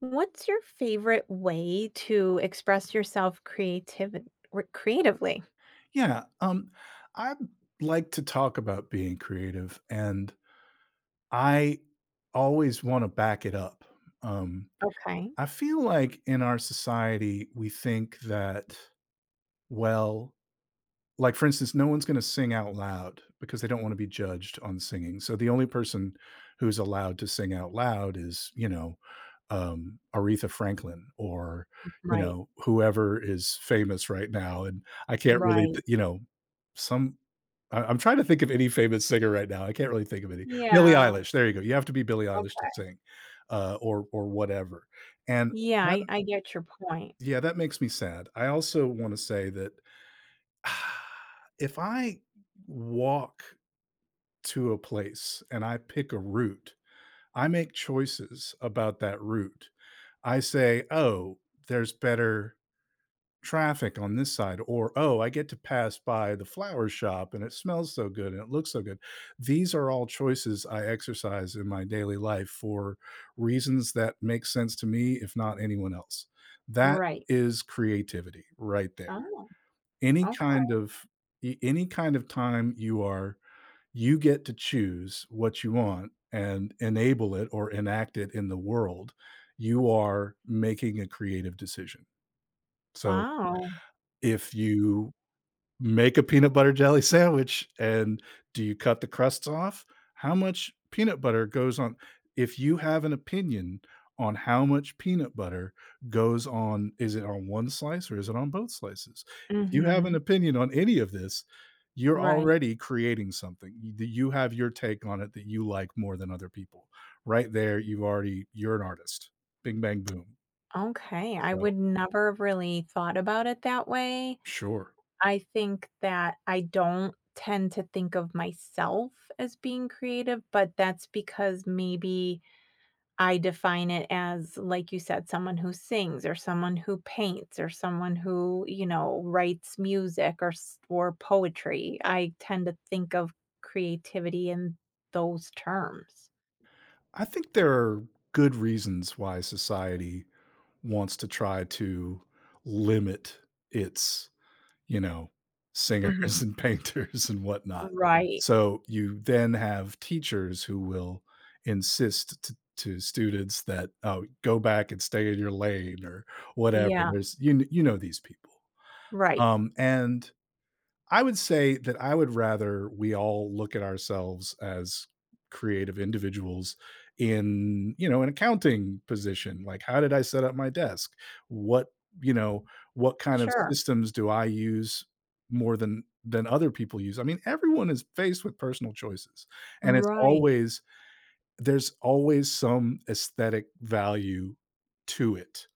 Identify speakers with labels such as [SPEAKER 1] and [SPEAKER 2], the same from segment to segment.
[SPEAKER 1] What's your favorite way to express yourself creativi r creatively?
[SPEAKER 2] Yeah, I like to talk about being creative, and I always wanna back it up. Um,
[SPEAKER 1] Okay.
[SPEAKER 2] I feel like in our society, we think that, well, like, for instance, no one's gonna sing out loud because they don't wanna be judged on singing, so the only person who's allowed to sing out loud is, Aretha Franklin, or,
[SPEAKER 1] Right,
[SPEAKER 2] whoever is famous right now, and I can't really
[SPEAKER 1] right.
[SPEAKER 2] th you know, some I'm trying to think of any famous singer right now. I can't really think of any. Billie
[SPEAKER 1] Yeah,
[SPEAKER 2] Eilish, there you go. You have to be Billie Eilish to
[SPEAKER 1] okay.
[SPEAKER 2] sing, or whatever. And
[SPEAKER 1] Yeah,
[SPEAKER 2] that
[SPEAKER 1] I get your point.
[SPEAKER 2] Yeah, that makes me sad. I also wanna say that if I walk to a place and I pick a route, I make choices about that route. I say, "Oh, there's better traffic on this side, or oh, I get to pass by the flower shop and it smells so good and it looks so good. These are all choices I exercise in my daily life for reasons that make sense to me, if not anyone else. That
[SPEAKER 1] Right.
[SPEAKER 2] is creativity right there.
[SPEAKER 1] Oh,
[SPEAKER 2] Any
[SPEAKER 1] okay.
[SPEAKER 2] kind of any kind of time you get to choose what you want and enable it or enact it in the world, you are making a creative decision. So,
[SPEAKER 1] Wow.
[SPEAKER 2] if you make a peanut butter jelly sandwich, and do you cut the crusts off? How much peanut butter goes on? If you have an opinion on how much peanut butter goes on, is it on one slice or is it on both slices? If you have an
[SPEAKER 1] Mhm.
[SPEAKER 2] opinion on any of this, you're
[SPEAKER 1] Right.
[SPEAKER 2] already creating something. You that you have your take on it, that you like more than other people. Right there, you're an artist. Bing bang boom.
[SPEAKER 1] Okay, I
[SPEAKER 2] So,
[SPEAKER 1] would never have really thought about it that way.
[SPEAKER 2] sure.
[SPEAKER 1] I think that I don't tend to think of myself as being creative, but that's because maybe I define it as, like you said, someone who sings or someone who paints or someone who, you know, writes music or s or poetry. I tend to think of creativity in those terms.
[SPEAKER 2] I think there are good reasons why society wants to try to limit its, you know,
[SPEAKER 1] Mhm.
[SPEAKER 2] singers and painters and whatnot.
[SPEAKER 1] Right.
[SPEAKER 2] So you then have teachers who will insist to students that, "Oh, go back and stay in your lane," or whatever.
[SPEAKER 1] Yeah.
[SPEAKER 2] There's you kn You know these people.
[SPEAKER 1] Right.
[SPEAKER 2] And I would say that I would rather we all look at ourselves as creative individuals in, an accounting position. Like, how did I set up my desk? What, you know, what kind of
[SPEAKER 1] Sure.
[SPEAKER 2] systems do I use more than other people use? I mean, everyone is faced with personal choices, and it's
[SPEAKER 1] Right.
[SPEAKER 2] always there's always some aesthetic value to it.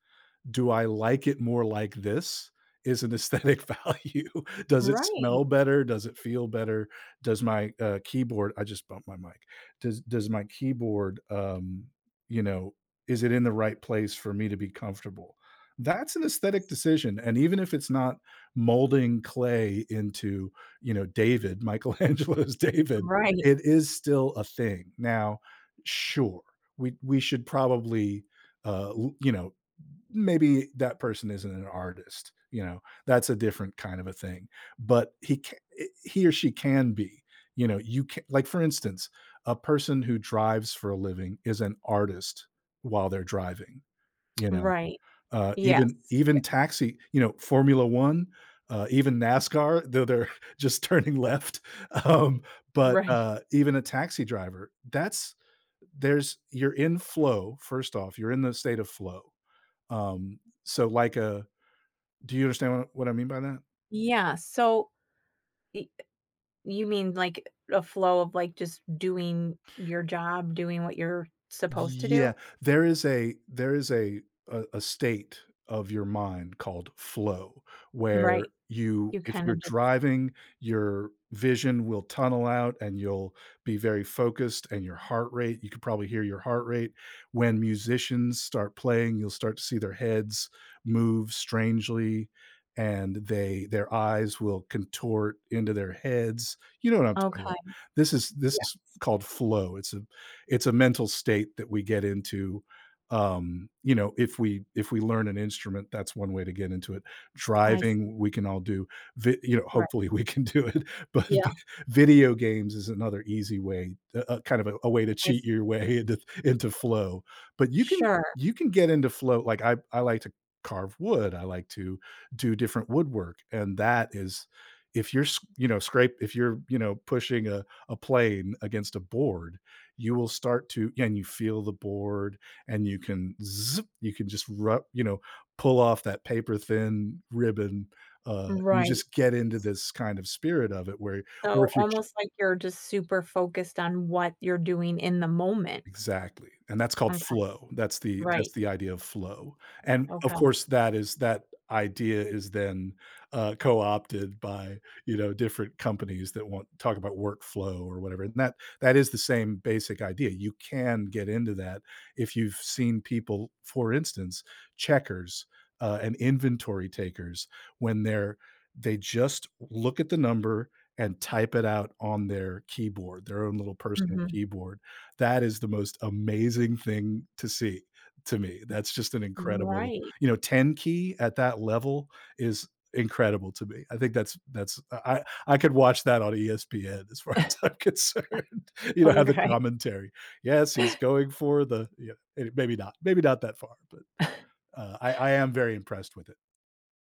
[SPEAKER 2] Do I like it more like this? Is an aesthetic value. Does it
[SPEAKER 1] Right.
[SPEAKER 2] smell better? Does it feel better? Does my keyboard I just bumped my mic. Does my keyboard, you know, is it in the right place for me to be comfortable? That's an aesthetic decision, and even if it's not molding clay into, David, Michelangelo's David,
[SPEAKER 1] Right.
[SPEAKER 2] it is still a thing. Now, sure, we should probably, uh, l you know, maybe that person isn't an artist. That's a different kind of a thing, but he or she can be. You can, like, for instance, a person who drives for a living is an artist while they're driving. you know
[SPEAKER 1] Right.
[SPEAKER 2] uh
[SPEAKER 1] Yes.
[SPEAKER 2] even even
[SPEAKER 1] Yeah.
[SPEAKER 2] taxi, Formula 1, even nascar, though they're just turning left. Um but
[SPEAKER 1] Right.
[SPEAKER 2] Even a taxi driver, that's there's you're in flow. First off, you're in the state of flow. So like a Do you understand what I mean by that?
[SPEAKER 1] Yeah. So, y you mean, like, a flow of, like, just doing your job, doing what you're supposed to
[SPEAKER 2] Yeah,
[SPEAKER 1] do?
[SPEAKER 2] there is a state of your mind called flow, where
[SPEAKER 1] Right.
[SPEAKER 2] you
[SPEAKER 1] You
[SPEAKER 2] if
[SPEAKER 1] kinda
[SPEAKER 2] you're
[SPEAKER 1] just
[SPEAKER 2] driving, your vision will tunnel out and you'll be very focused, and you could probably hear your heart rate. When musicians start playing, you'll start to see their heads move strangely, and they their eyes will contort into their heads. You know what I'm talking
[SPEAKER 1] okay.
[SPEAKER 2] about. This is this
[SPEAKER 1] Yeah,
[SPEAKER 2] is called flow. It's a mental state that we get into. If we learn an instrument, that's one way to get into it.
[SPEAKER 1] I see,
[SPEAKER 2] Driving, we can all do.
[SPEAKER 1] right.
[SPEAKER 2] Hopefully we can do it, but
[SPEAKER 1] Yeah,
[SPEAKER 2] video games is another easy way, kind of a way to
[SPEAKER 1] I
[SPEAKER 2] cheat
[SPEAKER 1] s
[SPEAKER 2] your way into flow. But you can
[SPEAKER 1] sure,
[SPEAKER 2] you can get into flow. Like, I like to carve wood. I like to do different woodwork, and that is if you're s- you know scrape. If you're you know Pushing a plane against a board, you will start to yeah, and you feel the board, and you can zip, you can just rub, pull off that paper thin ribbon. You
[SPEAKER 1] right.
[SPEAKER 2] just get into this kind of spirit of it where or
[SPEAKER 1] So,
[SPEAKER 2] if you're
[SPEAKER 1] almost like you're just super focused on what you're doing in the moment.
[SPEAKER 2] exactly. And that's called
[SPEAKER 1] Okay,
[SPEAKER 2] flow. That's the that's
[SPEAKER 1] right.
[SPEAKER 2] the idea of flow, and of
[SPEAKER 1] Okay.
[SPEAKER 2] course, that idea is then, co-opted by, different companies that want talk about workflow, or whatever, and that is the same basic idea. You can get into that. If you've seen people, for instance, checkers, and inventory takers, when they're they just look at the number and type it out on their keyboard, their own little personal
[SPEAKER 1] Mhm.
[SPEAKER 2] keyboard. That is the most amazing thing to see, to me. That's just an incredible,
[SPEAKER 1] Right.
[SPEAKER 2] 10 key at that level is incredible to me. I think that's I could watch that on ESPN, as far as I'm concerned. You know, have the
[SPEAKER 1] Okay.
[SPEAKER 2] commentary. Yes, he's going for the yeah, maybe not that far. But I am very impressed with it.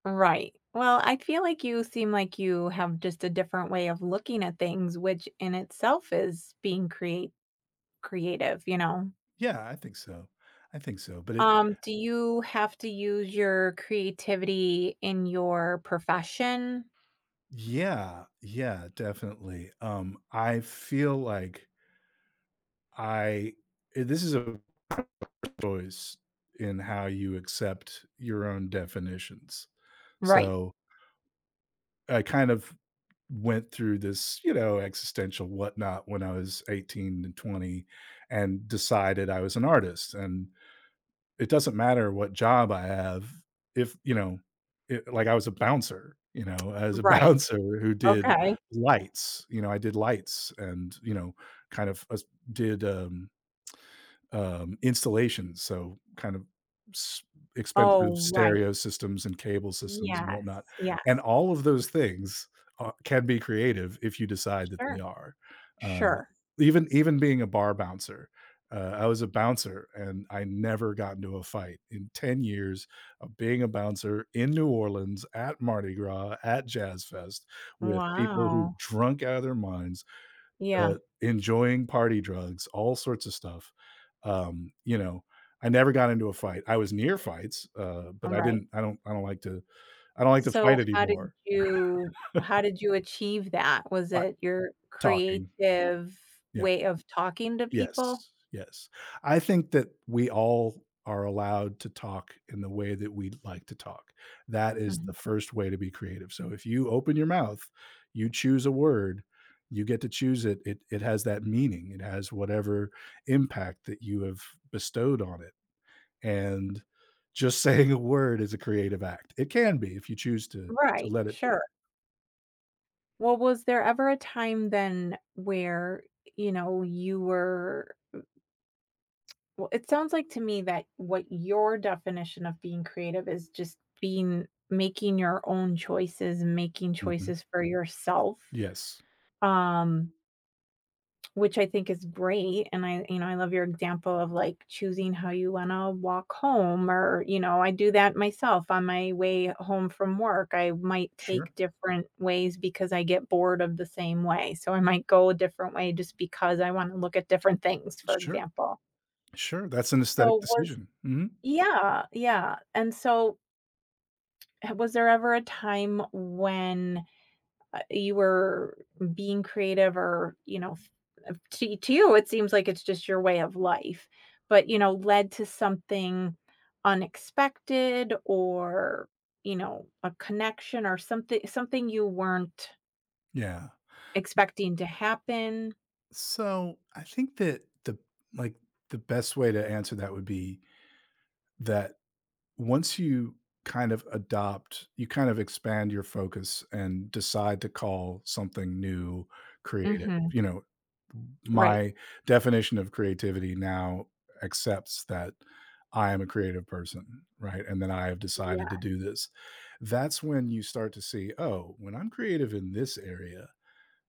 [SPEAKER 1] Right. Well, I feel like you seem like you have just a different way of looking at things, which in itself is being create creative, you know?
[SPEAKER 2] Yeah, I think so. I think so. But it
[SPEAKER 1] Do you have to use your creativity in your profession?
[SPEAKER 2] yeah, yeah, definitely. I feel like I this is a choice in how you accept your own definitions.
[SPEAKER 1] Right.
[SPEAKER 2] So, I kind of went through this, existential whatnot when I was 18 and 20, and decided I was an artist. And it doesn't matter what job I have. If, like, I was a bouncer, as a
[SPEAKER 1] Right.
[SPEAKER 2] bouncer who did
[SPEAKER 1] Okay.
[SPEAKER 2] lights. I did lights, and, kind of did, installations, so kind of s expensive
[SPEAKER 1] Oh, right.
[SPEAKER 2] stereo systems and cable systems and
[SPEAKER 1] Yes.
[SPEAKER 2] whatnot. And
[SPEAKER 1] Yes.
[SPEAKER 2] all of those things are can be creative if you decide that they
[SPEAKER 1] Sure.
[SPEAKER 2] are. Um,
[SPEAKER 1] Sure.
[SPEAKER 2] even being a bar bouncer, I was a bouncer, and I never got into a fight in 10 years of being a bouncer in New Orleans, at Mardi Gras, at Jazz Fest, with people who
[SPEAKER 1] Wow.
[SPEAKER 2] drunk out of their minds,
[SPEAKER 1] Yeah.
[SPEAKER 2] enjoying party drugs, all sorts of stuff. Um, you know, I never got into a fight. I was near fights, but
[SPEAKER 1] All right.
[SPEAKER 2] I don't like to
[SPEAKER 1] So
[SPEAKER 2] fight anymore.
[SPEAKER 1] how did you achieve that? Was
[SPEAKER 2] But
[SPEAKER 1] it your
[SPEAKER 2] talking.
[SPEAKER 1] creative
[SPEAKER 2] Yeah.
[SPEAKER 1] way of talking to people?
[SPEAKER 2] Yes, yes. I think that we all are allowed to talk in the way that we like to talk. That is the
[SPEAKER 1] Mhm.
[SPEAKER 2] first way to be creative. So, if you open your mouth, you choose a word, you get to choose it. It has that meaning. It has whatever impact that you have bestowed on it. And just saying a word is a creative act. It can be if you choose to
[SPEAKER 1] Right.
[SPEAKER 2] let it be.
[SPEAKER 1] Sure. Well, was there ever a time then where, you know, you were well, it sounds like to me that what your definition of being creative is just being making your own choices, making
[SPEAKER 2] Mhm.
[SPEAKER 1] choices for yourself,
[SPEAKER 2] Yes.
[SPEAKER 1] um, which I think is great. And I, you know, I love your example of like choosing how you want to walk home, or, you know, I do that myself on my way home from work. I might take
[SPEAKER 2] Sure.
[SPEAKER 1] different ways because I get bored of the same way. So I might go a different way just because I want to look at different things, for
[SPEAKER 2] Sure.
[SPEAKER 1] example.
[SPEAKER 2] Sure. That's an aesthetic
[SPEAKER 1] So was
[SPEAKER 2] decision. Mhm.
[SPEAKER 1] yeah, yeah, and so, h was there ever a time when, you were being creative or, you know, f to you, it seems like it's just your way of life, but, you know, led to something unexpected or, you know, a connection or something something you weren't
[SPEAKER 2] Yeah.
[SPEAKER 1] expecting to happen?
[SPEAKER 2] So, I think that the like, the best way to answer that would be that once you kind of adopt, you kind of expand your focus and decide to call something new creative.
[SPEAKER 1] Mhm,
[SPEAKER 2] You know,
[SPEAKER 1] right.
[SPEAKER 2] my definition of creativity now accepts that I am a creative person, right? And that I have
[SPEAKER 1] Yeah,
[SPEAKER 2] decided to do this. That's when you start to see, oh, when I'm creative in this area,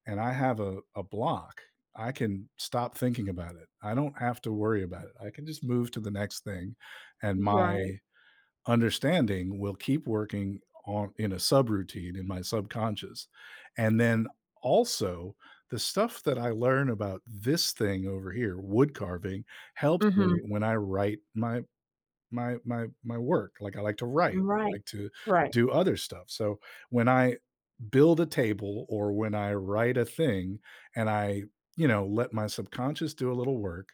[SPEAKER 2] and I have a block, I can stop thinking about it. I don't have to worry about it. I can just move to the next thing, and
[SPEAKER 1] right.
[SPEAKER 2] my understanding will keep working on in a subroutine in my subconscious. And then also, the stuff that I learn about this thing over here, wood carving, helps
[SPEAKER 1] Mhm,
[SPEAKER 2] me when I write my work. Like, I like to write, I
[SPEAKER 1] right.
[SPEAKER 2] like to
[SPEAKER 1] Right.
[SPEAKER 2] do other stuff. So, when I build a table or when I write a thing, and I, let my subconscious do a little work,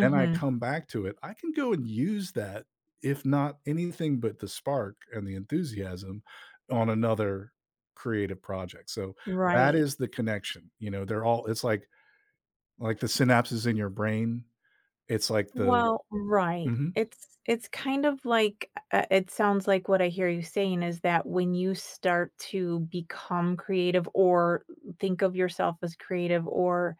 [SPEAKER 2] then I come back to it, I can go and use that, if not anything but the spark and the enthusiasm on another creative project. So, that
[SPEAKER 1] right.
[SPEAKER 2] is the connection, they're all it's like the synapses in your brain. It's like the
[SPEAKER 1] Well, right.
[SPEAKER 2] Mhm.
[SPEAKER 1] It's kind of like it sounds like what I hear you saying is that when you start to become creative or think of yourself as creative or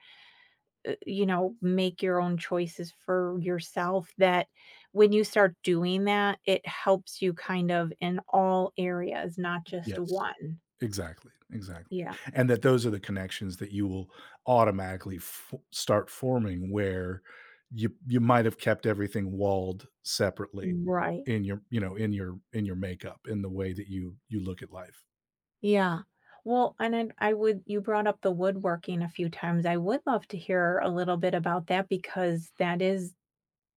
[SPEAKER 1] you know, make your own choices for yourself that when you start doing that, it helps you kind of in all areas, not just
[SPEAKER 2] Yes.
[SPEAKER 1] one.
[SPEAKER 2] Exactly, exactly,
[SPEAKER 1] Yeah.
[SPEAKER 2] and that those are the connections that you will automatically fo start forming, where you might have kept everything walled separately
[SPEAKER 1] Right.
[SPEAKER 2] in in your makeup, in the way that you look at life.
[SPEAKER 1] Yeah. Well, and then I would you brought up the woodworking a few times. I would love to hear a little bit about that because that is,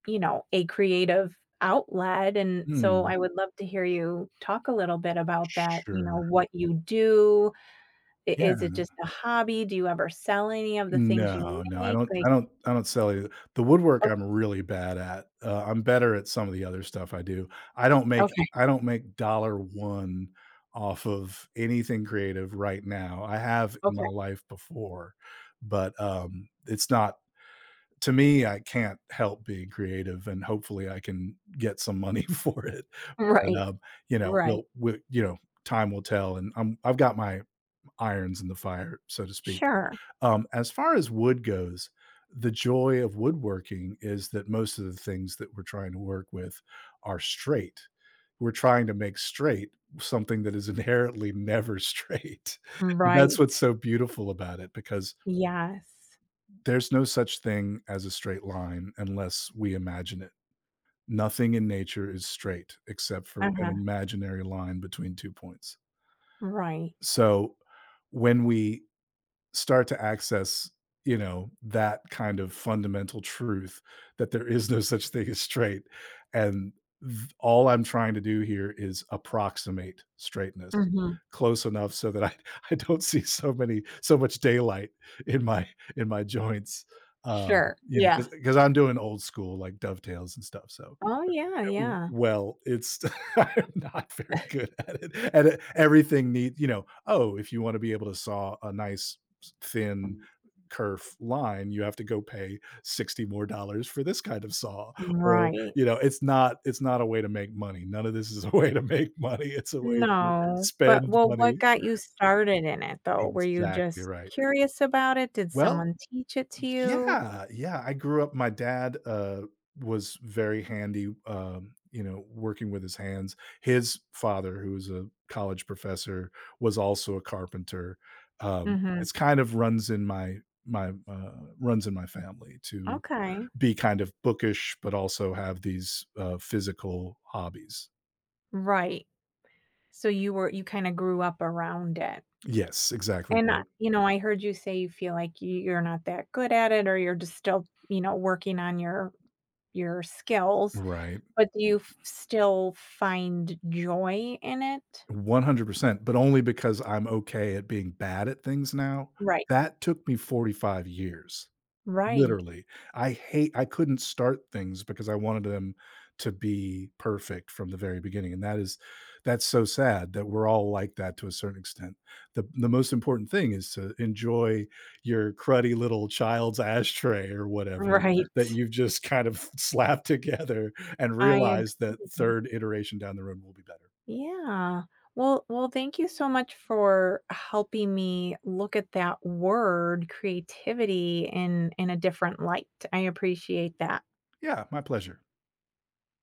[SPEAKER 1] you know, a creative outlet. And so
[SPEAKER 2] Mm.
[SPEAKER 1] I would love to hear you talk a little bit about that, you
[SPEAKER 2] Sure.
[SPEAKER 1] know, what you do. I-
[SPEAKER 2] Yeah.
[SPEAKER 1] Is it just a hobby? Do you ever sell any of the things you
[SPEAKER 2] No, no,
[SPEAKER 1] make? Like,
[SPEAKER 2] I don't sell either. The woodwork
[SPEAKER 1] okay,
[SPEAKER 2] I'm really bad at. I'm better at some of the other stuff I do.
[SPEAKER 1] okay,
[SPEAKER 2] I don't make $1 off of anything creative right now. I have in my
[SPEAKER 1] okay.
[SPEAKER 2] life before, but, it's not. To me, I can't help being creative, and hopefully I can get some money for it. But,
[SPEAKER 1] Right, right.
[SPEAKER 2] we'll time will tell, and I've got my irons in the fire, so to speak.
[SPEAKER 1] Sure.
[SPEAKER 2] As far as wood goes, the joy of woodworking is that most of the things that we're trying to work with are straight. We're trying to make straight something that is inherently never straight. And that's
[SPEAKER 1] Right.
[SPEAKER 2] what's so beautiful about it, because
[SPEAKER 1] Yes.
[SPEAKER 2] there's no such thing as a straight line unless we imagine it. Nothing in nature is straight except for an
[SPEAKER 1] Uh-huh.
[SPEAKER 2] imaginary line between two points.
[SPEAKER 1] Right.
[SPEAKER 2] So, when we start to access, that kind of fundamental truth that there is no such thing as straight. And all I'm trying to do here is approximate straightness
[SPEAKER 1] Mm-hmm.
[SPEAKER 2] close enough so that I don't see so much daylight in my in my joints, um
[SPEAKER 1] Sure. Yeah.
[SPEAKER 2] because I'm doing old school, like, dovetails and stuff. So,
[SPEAKER 1] Oh, yeah,
[SPEAKER 2] W
[SPEAKER 1] yeah.
[SPEAKER 2] well, it's I'm not very good at it. And e everything needs, "Oh, if you wanna be able to saw a nice s thin kerf line, you have to go pay 60 more dollars for this kind of saw," or,
[SPEAKER 1] Right.
[SPEAKER 2] it's not a way to make money. None of this is a way to make money, it's a way to
[SPEAKER 1] No, but
[SPEAKER 2] spend
[SPEAKER 1] well, what
[SPEAKER 2] money.
[SPEAKER 1] got you started in it, though? Were you
[SPEAKER 2] Exactly
[SPEAKER 1] just
[SPEAKER 2] right.
[SPEAKER 1] curious about it? Did
[SPEAKER 2] Well,
[SPEAKER 1] someone teach it to you?
[SPEAKER 2] yeah, yeah, I grew up my dad, was very handy, working with his hands. His father, who was a college professor, was also a carpenter.
[SPEAKER 1] Mhm.
[SPEAKER 2] It's kind of runs in my my, runs in my family to
[SPEAKER 1] Okay.
[SPEAKER 2] be kind of bookish, but also have these, physical hobbies.
[SPEAKER 1] Right. So you were you kinda grew up around it.
[SPEAKER 2] Yes, exactly
[SPEAKER 1] And, I
[SPEAKER 2] right.
[SPEAKER 1] you know, I heard you say you feel like you're not that good at it or you're just still, you know, working on your skills,
[SPEAKER 2] Right.
[SPEAKER 1] but do you f still find joy in it?
[SPEAKER 2] 100%, but only because I'm okay at being bad at things now.
[SPEAKER 1] Right.
[SPEAKER 2] That took me 45 years,
[SPEAKER 1] Right.
[SPEAKER 2] literally. I couldn't start things because I wanted them to be perfect from the very beginning. And that's so sad that we're all like that to a certain extent. The most important thing is to enjoy your cruddy little child's ashtray or whatever
[SPEAKER 1] Right.
[SPEAKER 2] that you've just kind of slapped together, and
[SPEAKER 1] I
[SPEAKER 2] realize that
[SPEAKER 1] agree.
[SPEAKER 2] 3rd iteration down the road will be better.
[SPEAKER 1] Yeah. Well, well, thank you so much for helping me look at that word creativity in a different light. I appreciate that.
[SPEAKER 2] Yeah, my pleasure.